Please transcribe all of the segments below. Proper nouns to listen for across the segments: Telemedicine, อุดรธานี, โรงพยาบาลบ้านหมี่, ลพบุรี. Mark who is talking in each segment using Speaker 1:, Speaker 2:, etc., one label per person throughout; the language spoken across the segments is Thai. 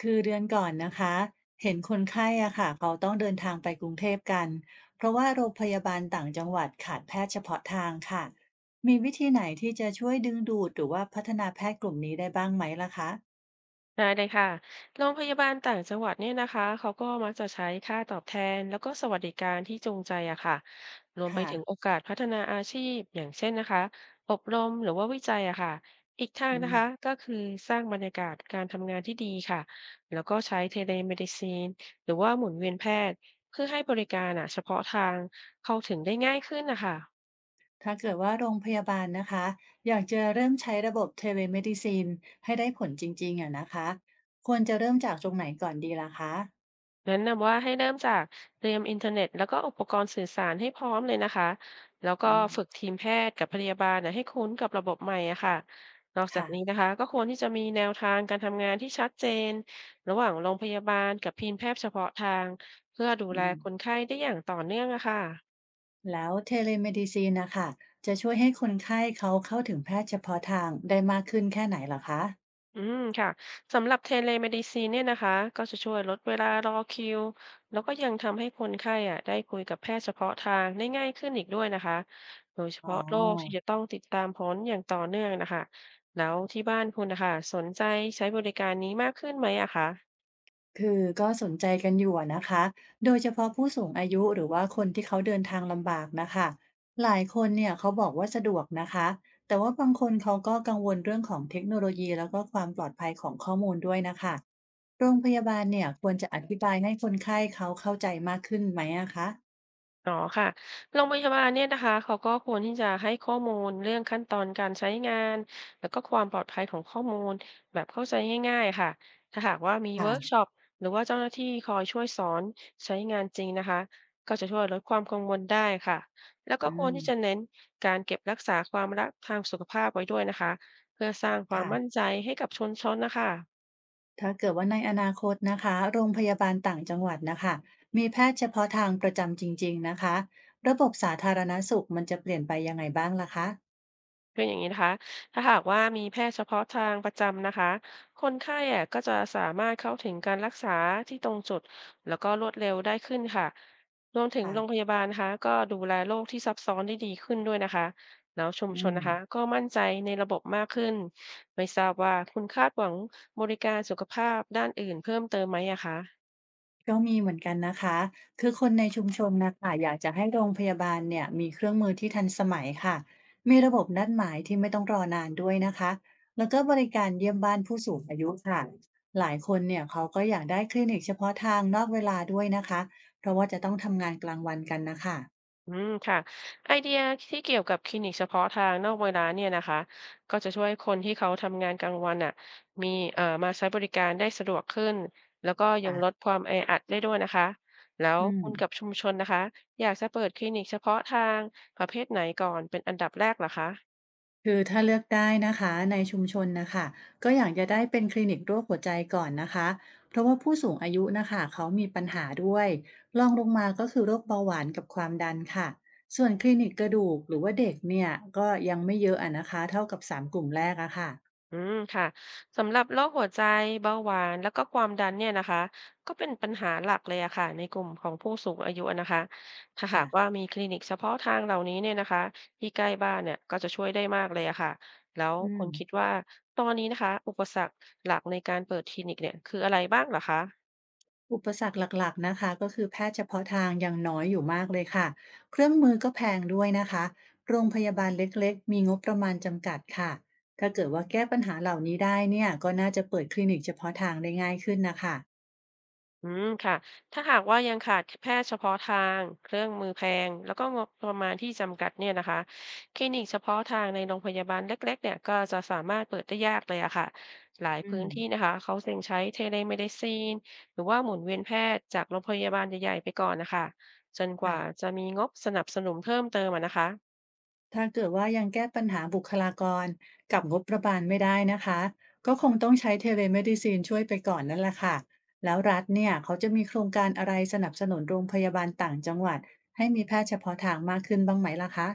Speaker 1: คือเดือนก่อนนะคะเห็นคนไข้อะค่ะเขาต้องเดินทางไปกรุงเทพกันเพราะว่าโรงพยาบาลต่างจังหวัดขาดแพทย์เฉพาะทางค่ะมีวิธีไหนที่จะช่วยดึงดูดหรือว่าพัฒนาแพทย์กลุ่มนี้ได้บ้างไหมล่ะคะ
Speaker 2: ได้เลยค่ะโรงพยาบาลต่างจังหวัดเนี่ยนะคะเขาก็มักจะใช้ค่าตอบแทนแล้วก็สวัสดิการที่จูงใจอะค่ะรวมไป
Speaker 1: ค่ะ
Speaker 2: ถึงโอกาสพัฒนาอาชีพอย่างเช่นนะคะอบรมหรือว่าวิจัยอะค่ะอีกทาง
Speaker 1: อื
Speaker 2: นะ
Speaker 1: ม
Speaker 2: คะก็คือสร้างบรรยากาศการทำงานที่ดีค่ะแล้วก็ใช้เทเลเมดิซีนหรือว่าหมุนเวียนแพทย์เพื่อให้บริการอะเฉพาะทางเข้าถึงได้ง่ายขึ้นนะคะ
Speaker 1: ถ้าเกิดว่าโรงพยาบาลนะคะอยากจะเริ่มใช้ระบบเทเลเมดิซินให้ได้ผลจริงๆอะนะคะควรจะเริ่มจากตรงไหนก่อนดีล่ะคะ
Speaker 2: แนะนำว่าให้เริ่มจากเตรียมอินเทอร์เน็ตแล้วก็อุปกรณ์สื่อสารให้พร้อมเลยนะคะแล้วก็
Speaker 1: อืม
Speaker 2: ฝึกทีมแพทย์กับพยาบาลนะให้คุ้นกับระบบใหม่อะค่ะนอกจาก
Speaker 1: ค่ะ
Speaker 2: นี้นะคะก็ควรที่จะมีแนวทางการทำงานที่ชัดเจนระหว่างโรงพยาบาลกับทีมแพทย์เฉพาะทางเพื่อดู
Speaker 1: อื
Speaker 2: แล
Speaker 1: ม
Speaker 2: คนไข้ได้อย่างต่อเนื่องอะค่ะ
Speaker 1: แล้วเทเลเมดิซีนนะคะจะช่วยให้คนไข้เขาเข้าถึงแพทย์เฉพาะทางได้มากขึ้นแค่ไหนเหรอคะ
Speaker 2: อืมค่ะสำหรับ Telemedicine เลเมดิซีนเนี่ยนะคะก็จะช่วยลดเวลารอคิวแล้วก็ยังทำให้คนไข้อะได้คุยกับแพทย์เฉพาะทางได้ง่ายขึ้นอีกด้วยนะคะโดยเฉ
Speaker 1: อ๋อ
Speaker 2: พาะโรคที่จะต้องติดตามผลอย่างต่อเนื่องนะคะแล้วที่บ้านคุณนะคะสนใจใช้บริการนี้มากขึ้นไหมอะคะ
Speaker 1: คือก็สนใจกันอยู่อะนะคะโดยเฉพาะผู้สูงอายุหรือว่าคนที่เขาเดินทางลำบากนะคะหลายคนเนี่ยเขาบอกว่าสะดวกนะคะแต่ว่าบางคนเขาก็กังวลเรื่องของเทคโนโลยีแล้วก็ความปลอดภัยของข้อมูลด้วยนะคะโรงพยาบาลเนี่ยควรจะอธิบายให้คนไข้เขาเข้าใจมากขึ้นไหมอะคะ
Speaker 2: อ๋อค่ะโรงพยาบาลเนี่ยนะคะเขาก็ควรที่จะให้ข้อมูลเรื่องขั้นตอนการใช้งานแล้วก็ความปลอดภัยของข้อมูลแบบเข้าใจง่ายๆค่ะถ้าหากว่ามีเวิร์ก
Speaker 1: ค่ะ
Speaker 2: ช็อปหรือว่าเจ้าหน้าที่คอยช่วยสอนใช้งานจริงนะคะก็จะช่วยลดความกังวลได้ค่ะแล้วก็
Speaker 1: อื
Speaker 2: ควร
Speaker 1: ม
Speaker 2: ที่จะเน้นการเก็บรักษาความลับทางสุขภาพไว้ด้วยนะคะเพื่อสร้างความ
Speaker 1: ค่ะ
Speaker 2: มั่นใจให้กับชุมชนนะคะ
Speaker 1: ถ้าเกิดว่าในอนาคตนะคะโรงพยาบาลต่างจังหวัดนะคะมีแพทย์เฉพาะทางประจำจริงๆนะคะระบบสาธารณสุขมันจะเปลี่ยนไปยังไงบ้างล่ะคะ
Speaker 2: คืออย่างนี้นะคะถ้าหากว่ามีแพทย์เฉพาะทางประจำนะคะคนไข้อะก็จะสามารถเข้าถึงการรักษาที่ตรงจุดแล้วก็รวดเร็วได้ขึ้นค่ะรวมถึง
Speaker 1: ค่ะ
Speaker 2: โรงพยาบาลนะคะก็ดูแลโรคที่ซับซ้อนได้ดีขึ้นด้วยนะคะแล้วชุมช
Speaker 1: อื
Speaker 2: น
Speaker 1: ม
Speaker 2: นะคะก็มั่นใจในระบบมากขึ้น ไม่ทราบว่าคุณคาดหวังบริการสุขภาพด้านอื่นเพิ่มเติมไหมอะคะ
Speaker 1: ก็มีเหมือนกันนะคะคือคนในชุมชนนะคะอยากจะให้โรงพยาบาลเนี่ยมีเครื่องมือที่ทันสมัยค่ะมีระบบนัดหมายที่ไม่ต้องรอนานด้วยนะคะแล้วก็บริการเยี่ยมบ้านผู้สูงอายุค่ะหลายคนเนี่ยเขาก็อยากได้คลินิกเฉพาะทางนอกเวลาด้วยนะคะเพราะว่าจะต้องทำงานกลางวันกันนะคะ
Speaker 2: อืมค่ะไอเดียที่เกี่ยวกับคลินิกเฉพาะทางนอกเวลาเนี่ยนะคะก็จะช่วยคนที่เขาทำงานกลางวันอ่ะมีมาใช้บริการได้สะดวกขึ้นแล้วก็ยังลดความแออัดได้ด้วยนะคะแล้ว
Speaker 1: อื
Speaker 2: คุ
Speaker 1: ม
Speaker 2: ณกับชุมชนนะคะอยากจะเปิดคลินิกเฉพาะทางประเภทไหนก่อนเป็นอันดับแรกเหรอคะ
Speaker 1: คือถ้าเลือกได้นะคะในชุมชนนะคะก็อยากจะได้เป็นคลินิกโรคหัวใจก่อนนะคะเพราะว่าผู้สูงอายุนะคะเขามีปัญหาด้วยรองลงมาก็คือโรคเบาหวานกับความดันค่ะส่วนคลินิกกระดูกหรือว่าเด็กเนี่ยก็ยังไม่เยอะอะนะคะเท่ากับสามกลุ่มแรกอะค่ะ
Speaker 2: อืมค่ะสำหรับโรคหัวใจเบาหวานแล้วก็ความดันเนี่ยนะคะก็เป็นปัญหาหลักเลยอะค่ะในกลุ่มของผู้สูงอายุอะนะคะถ้าหาก
Speaker 1: ค่ะ
Speaker 2: ว่ามีคลินิกเฉพาะทางเหล่านี้เนี่ยนะคะที่ใกล้บ้านเนี่ยก็จะช่วยได้มากเลยอะค่ะแล้ว
Speaker 1: อื
Speaker 2: คุ
Speaker 1: ม
Speaker 2: ณคิดว่าตอนนี้นะคะอุปสรรคหลักในการเปิดคลินิกเนี่ยคืออะไรบ้างเหรอคะ
Speaker 1: อุปสรรคหลักๆนะคะก็คือแพทย์เฉพาะทางยังน้อยอยู่มากเลยค่ะเครื่องมือก็แพงด้วยนะคะโรงพยาบาลเล็กๆมีงบประมาณจำกัดค่ะถ้าเกิดว่าแก้ปัญหาเหล่านี้ได้เนี่ยก็น่าจะเปิดคลินิกเฉพาะทางได้ง่ายขึ้นนะคะ
Speaker 2: อืมค่ะถ้าหากว่ายังขาดแพทย์เฉพาะทางเครื่องมือแพงแล้วก็งบประมาณที่จำกัดเนี่ยนะคะคลินิกเฉพาะทางในโรงพยาบาลเล็กๆเนี่ยก็จะสามารถเปิดได้ยากเลยอะค่ะหลาย
Speaker 1: อื
Speaker 2: พื้น
Speaker 1: ม
Speaker 2: ที่นะคะเขาเซ็งใช้เทเลเมดิซีนหรือว่าหมุนเวียนแพทย์จากโรงพยาบาลใหญ่ๆไปก่อนนะคะจนกว่า
Speaker 1: ค่ะ
Speaker 2: จะมีงบสนับสนุนเพิ่มเติมอะนะคะ
Speaker 1: ถ้าเกิดว่ายังแก้ปัญหาบุคลากรกับงบประมาณไม่ได้นะคะก็คงต้องใช้เทเลเมดิซีนช่วยไปก่อนนั่นแหละค่ะแล้วรัฐเนี่ยเขาจะมีโครงการอะไรสนับสนุนโรงพยาบาลต่างจังหวัดให้มีแพทย์เฉพาะทางมากขึ้นบ้างไหมล่ะคะ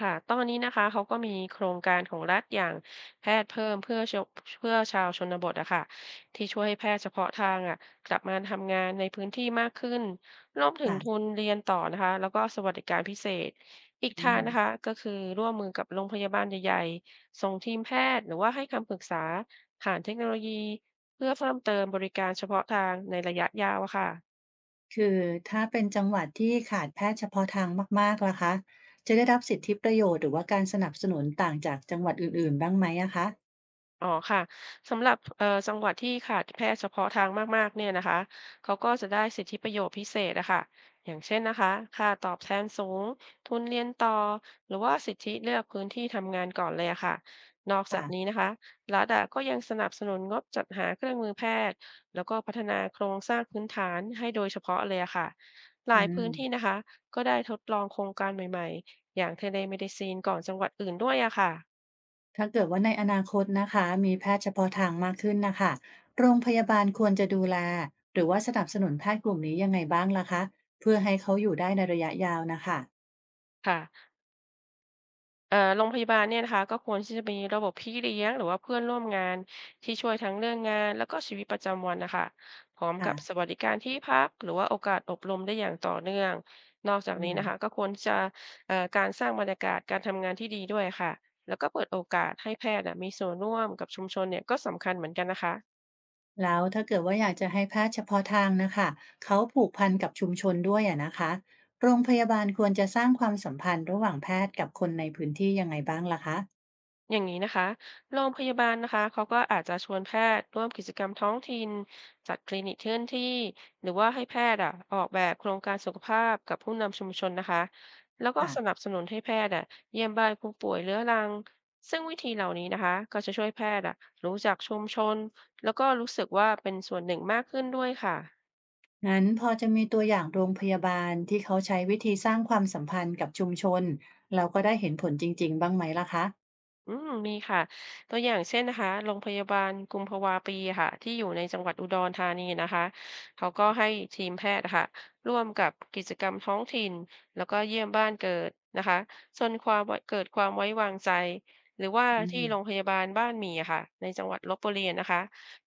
Speaker 2: ค่ะตอนนี้นะคะเขาก็มีโครงการของรัฐอย่างแพทย์เพิ่มเพื่อาวชนบทอะค่ะที่ช่วยให้แพทย์เฉพาะทางอะกลับมาทำงานในพื้นที่มากขึ้นรวมถึงทุ
Speaker 1: ค่ะ
Speaker 2: นเรียนต่อนะคะแล้วก็สวัสดิการพิเศษอีก
Speaker 1: อื
Speaker 2: ทาง
Speaker 1: ม
Speaker 2: นะคะก็คือร่วมมือกับโรงพยาบาลใหญ่ๆส่งทีมแพทย์หรือว่าให้คำปรึกษาผ่านเทคโนโลยีเพื่อเพิ่มเติมบริการเฉพาะทางในระยะยาวอะค่ะ
Speaker 1: คือถ้าเป็นจังหวัดที่ขาดแพทย์เฉพาะทางมากๆล่ะคะจะได้รับสิทธิประโยชน์หรือว่าการสนับสนุนต่างจากจังหวัดอื่นๆ บ้างไหมอะคะ
Speaker 2: อ๋อค่ะสำหรับจังหวัดที่ขาดแพทย์เฉพาะทางมากๆเนี่ยนะคะเขาก็จะได้สิทธิประโยชน์พิเศษอะค่ะอย่างเช่นนะคะค่าตอบแทนสูงทุนเรียนต่อหรือว่าสิทธิเลือกพื้นที่ทำงานก่อนเลยอะค่ะนอกจา
Speaker 1: ค่ะ
Speaker 2: กนี้นะคะรัฐอะก็ยังสนับสนุนงบจัดหาเครื่องมือแพทย์แล้วก็พัฒนาโครงสร้างพื้นฐานให้โดยเฉพาะเลยอะค่ะห
Speaker 1: อื
Speaker 2: ลายพื้นที่
Speaker 1: ม
Speaker 2: นะคะก็ได้ทดลองโครงการใหม่ๆอย่างเทเลเมดิซีนก่อนจังหวัดอื่นด้วยอะค่ะ
Speaker 1: ถ้าเกิดว่าในอนาคตนะคะมีแพทย์เฉพาะทางมากขึ้นน่ะค่ะโรงพยาบาลควรจะดูแลหรือว่าสนับสนุนแพทย์กลุ่มนี้ยังไงบ้างล่ะคะเพื่อให้เขาอยู่ได้ในระยะยาวน่ะค่ะ
Speaker 2: ค่ะ โรงพยาบาลเนี่ยนะคะก็ควรที่จะมีระบบพี่เลี้ยงหรือว่าเพื่อนร่วมงานที่ช่วยทั้งเรื่องงานแล้วก็ชีวิตประจำวันนะคะพร้อม
Speaker 1: ค่ะ
Speaker 2: กับสวัสดิการที่พักหรือว่าโอกาสอบรมได้อย่างต่อเนื่องนอกจาก
Speaker 1: อื
Speaker 2: นี้
Speaker 1: ม
Speaker 2: นะคะก็ควรจะการสร้างบรรยากาศการทำงานที่ดีด้วยค่ะแล้วก็เปิดโอกาสให้แพทย์อะมีส่วนร่วมกับชุมชนเนี่ยก็สำคัญเหมือนกันนะคะ
Speaker 1: แล้วถ้าเกิดว่าอยากจะให้แพทย์เฉพาะทางนะคะเขาผูกพันกับชุมชนด้วยอะนะคะโรงพยาบาลควรจะสร้างความสัมพันธ์ระหว่างแพทย์กับคนในพื้นที่ยังไงบ้างล่ะคะ
Speaker 2: อย่างนี้นะคะโรงพยาบาลนะคะเขาก็อาจจะชวนแพทย์ร่วมกิจกรรมท้องถิ่นจัดคลินิกเคลื่อนที่ หรือว่าให้แพทย์อ่ะออกแบบโครงการสุขภาพกับผู้นำชุมชนนะคะแล้วก็สนับ
Speaker 1: ค่ะ
Speaker 2: สนุนให้แพทย์อ่ะเยี่ยมบ้านผู้ป่วยเรื้อรัง ซึ่งวิธีเหล่านี้นะคะก็จะช่วยแพทย์อ่ะรู้จักชุมชนแล้วก็รู้สึกว่าเป็นส่วนหนึ่งมากขึ้นด้วยค่ะ
Speaker 1: งั้นพอจะมีตัวอย่างโรงพยาบาลที่เขาใช้วิธีสร้างความสัมพันธ์กับชุมชนเราก็ได้เห็นผลจริงๆบ้างไหมล่ะคะ
Speaker 2: อืมมีค่ะตัวอย่างเช่นนะคะโรงพยาบาลกุมภาวาปีค่ะที่อยู่ในจังหวัดอุดรธานีนะคะเขาก็ให้ทีมแพทย์นะคะร่วมกับกิจกรรมท้องถิ่นแล้วก็เยี่ยมบ้านเกิดนะคะจนความไว้เกิดความไว้วางใจหรือว่า
Speaker 1: อื
Speaker 2: ที่
Speaker 1: ม
Speaker 2: โรงพยาบาลบ้านหมี่ค่ะในจังหวัดลพบุรีนะคะ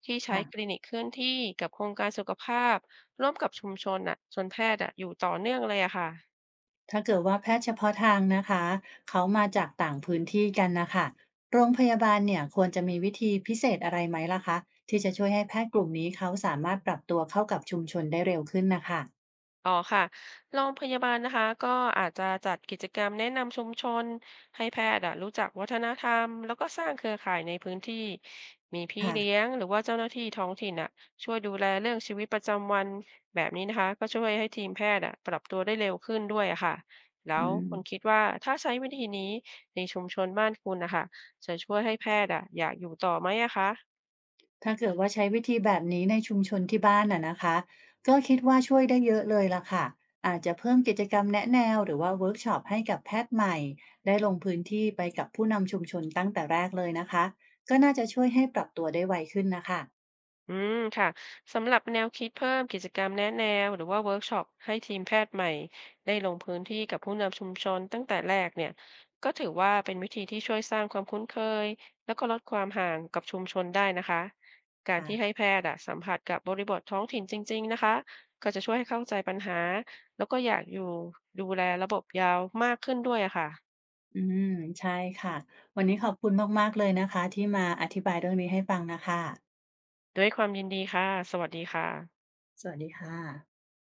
Speaker 2: ที่ใช้คลิ
Speaker 1: ค่ะ
Speaker 2: นิกเคลื่อนที่กับโครงการสุขภาพร่วมกับชุมชนอ่ะจนแพทย์อ่ะอยู่ต่อเนื่องเลยอะค่ะ
Speaker 1: ถ้าเกิดว่าแพทย์เฉพาะทางนะคะเขามาจากต่างพื้นที่กันนะคะโรงพยาบาลเนี่ยควรจะมีวิธีพิเศษอะไรไหมล่ะคะที่จะช่วยให้แพทย์กลุ่มนี้เขาสามารถปรับตัวเข้ากับชุมชนได้เร็วขึ้นนะคะ
Speaker 2: อ๋อค่ะโรงพยาบาลนะคะก็อาจจะจัดกิจกรรมแนะนำชุมชนให้แพทย์อะรู้จักวัฒนธรรมแล้วก็สร้างเครือข่ายในพื้นที่มีพี่เลี้ย
Speaker 1: ค่ะ
Speaker 2: งหรือว่าเจ้าหน้าที่ท้องถิ่นอะช่วยดูแลเรื่องชีวิตประจำวันแบบนี้นะคะก็ช่วยให้ทีมแพทย์อะปรับตัวได้เร็วขึ้นด้วยอะค่ะแล้
Speaker 1: อื
Speaker 2: ว
Speaker 1: ม
Speaker 2: คุณคิดว่าถ้าใช้วิธีนี้ในชุมชนบ้านคุณนะคะจะช่วยให้แพทย์อะอยากอยู่ต่อไหมอะคะ
Speaker 1: ถ้าเกิดว่าใช้วิธีแบบนี้ในชุมชนที่บ้านน่ะนะคะก็คิดว่าช่วยได้เยอะเลยล่ะค่ะอาจจะเพิ่มกิจกรรมแนะแนวหรือว่าเวิร์กช็อปให้กับแพทย์ใหม่ได้ลงพื้นที่ไปกับผู้นำชุมชนตั้งแต่แรกเลยนะคะก็น่าจะช่วยให้ปรับตัวได้ไวขึ้นนะคะ
Speaker 2: อืมค่ะสำหรับแนวคิดเพิ่มกิจกรรมแนะแนวหรือว่าเวิร์กช็อปให้ทีมแพทย์ใหม่ได้ลงพื้นที่กับผู้นำชุมชนตั้งแต่แรกเนี่ยก็ถือว่าเป็นวิธีที่ช่วยสร้างความคุ้นเคยแล้วก็ลดความห่างกับชุมชนได้นะคะการ
Speaker 1: อ่
Speaker 2: ที่ให้แพทย์อะสัมผัสกับบริบทท้องถิ่นจริงๆนะคะก็จะช่วยให้เข้าใจปัญหาแล้วก็อยากอยู่ดูแลระบบยาวมากขึ้นด้วยอะค่ะ
Speaker 1: อืมใช่ค่ะวันนี้ขอบคุณมากๆเลยนะคะที่มาอธิบายเรื่องนี้ให้ฟังนะคะ
Speaker 2: ด้วยความยินดีค่ะสวัสดีค่ะ
Speaker 1: สวัสดีค่ะ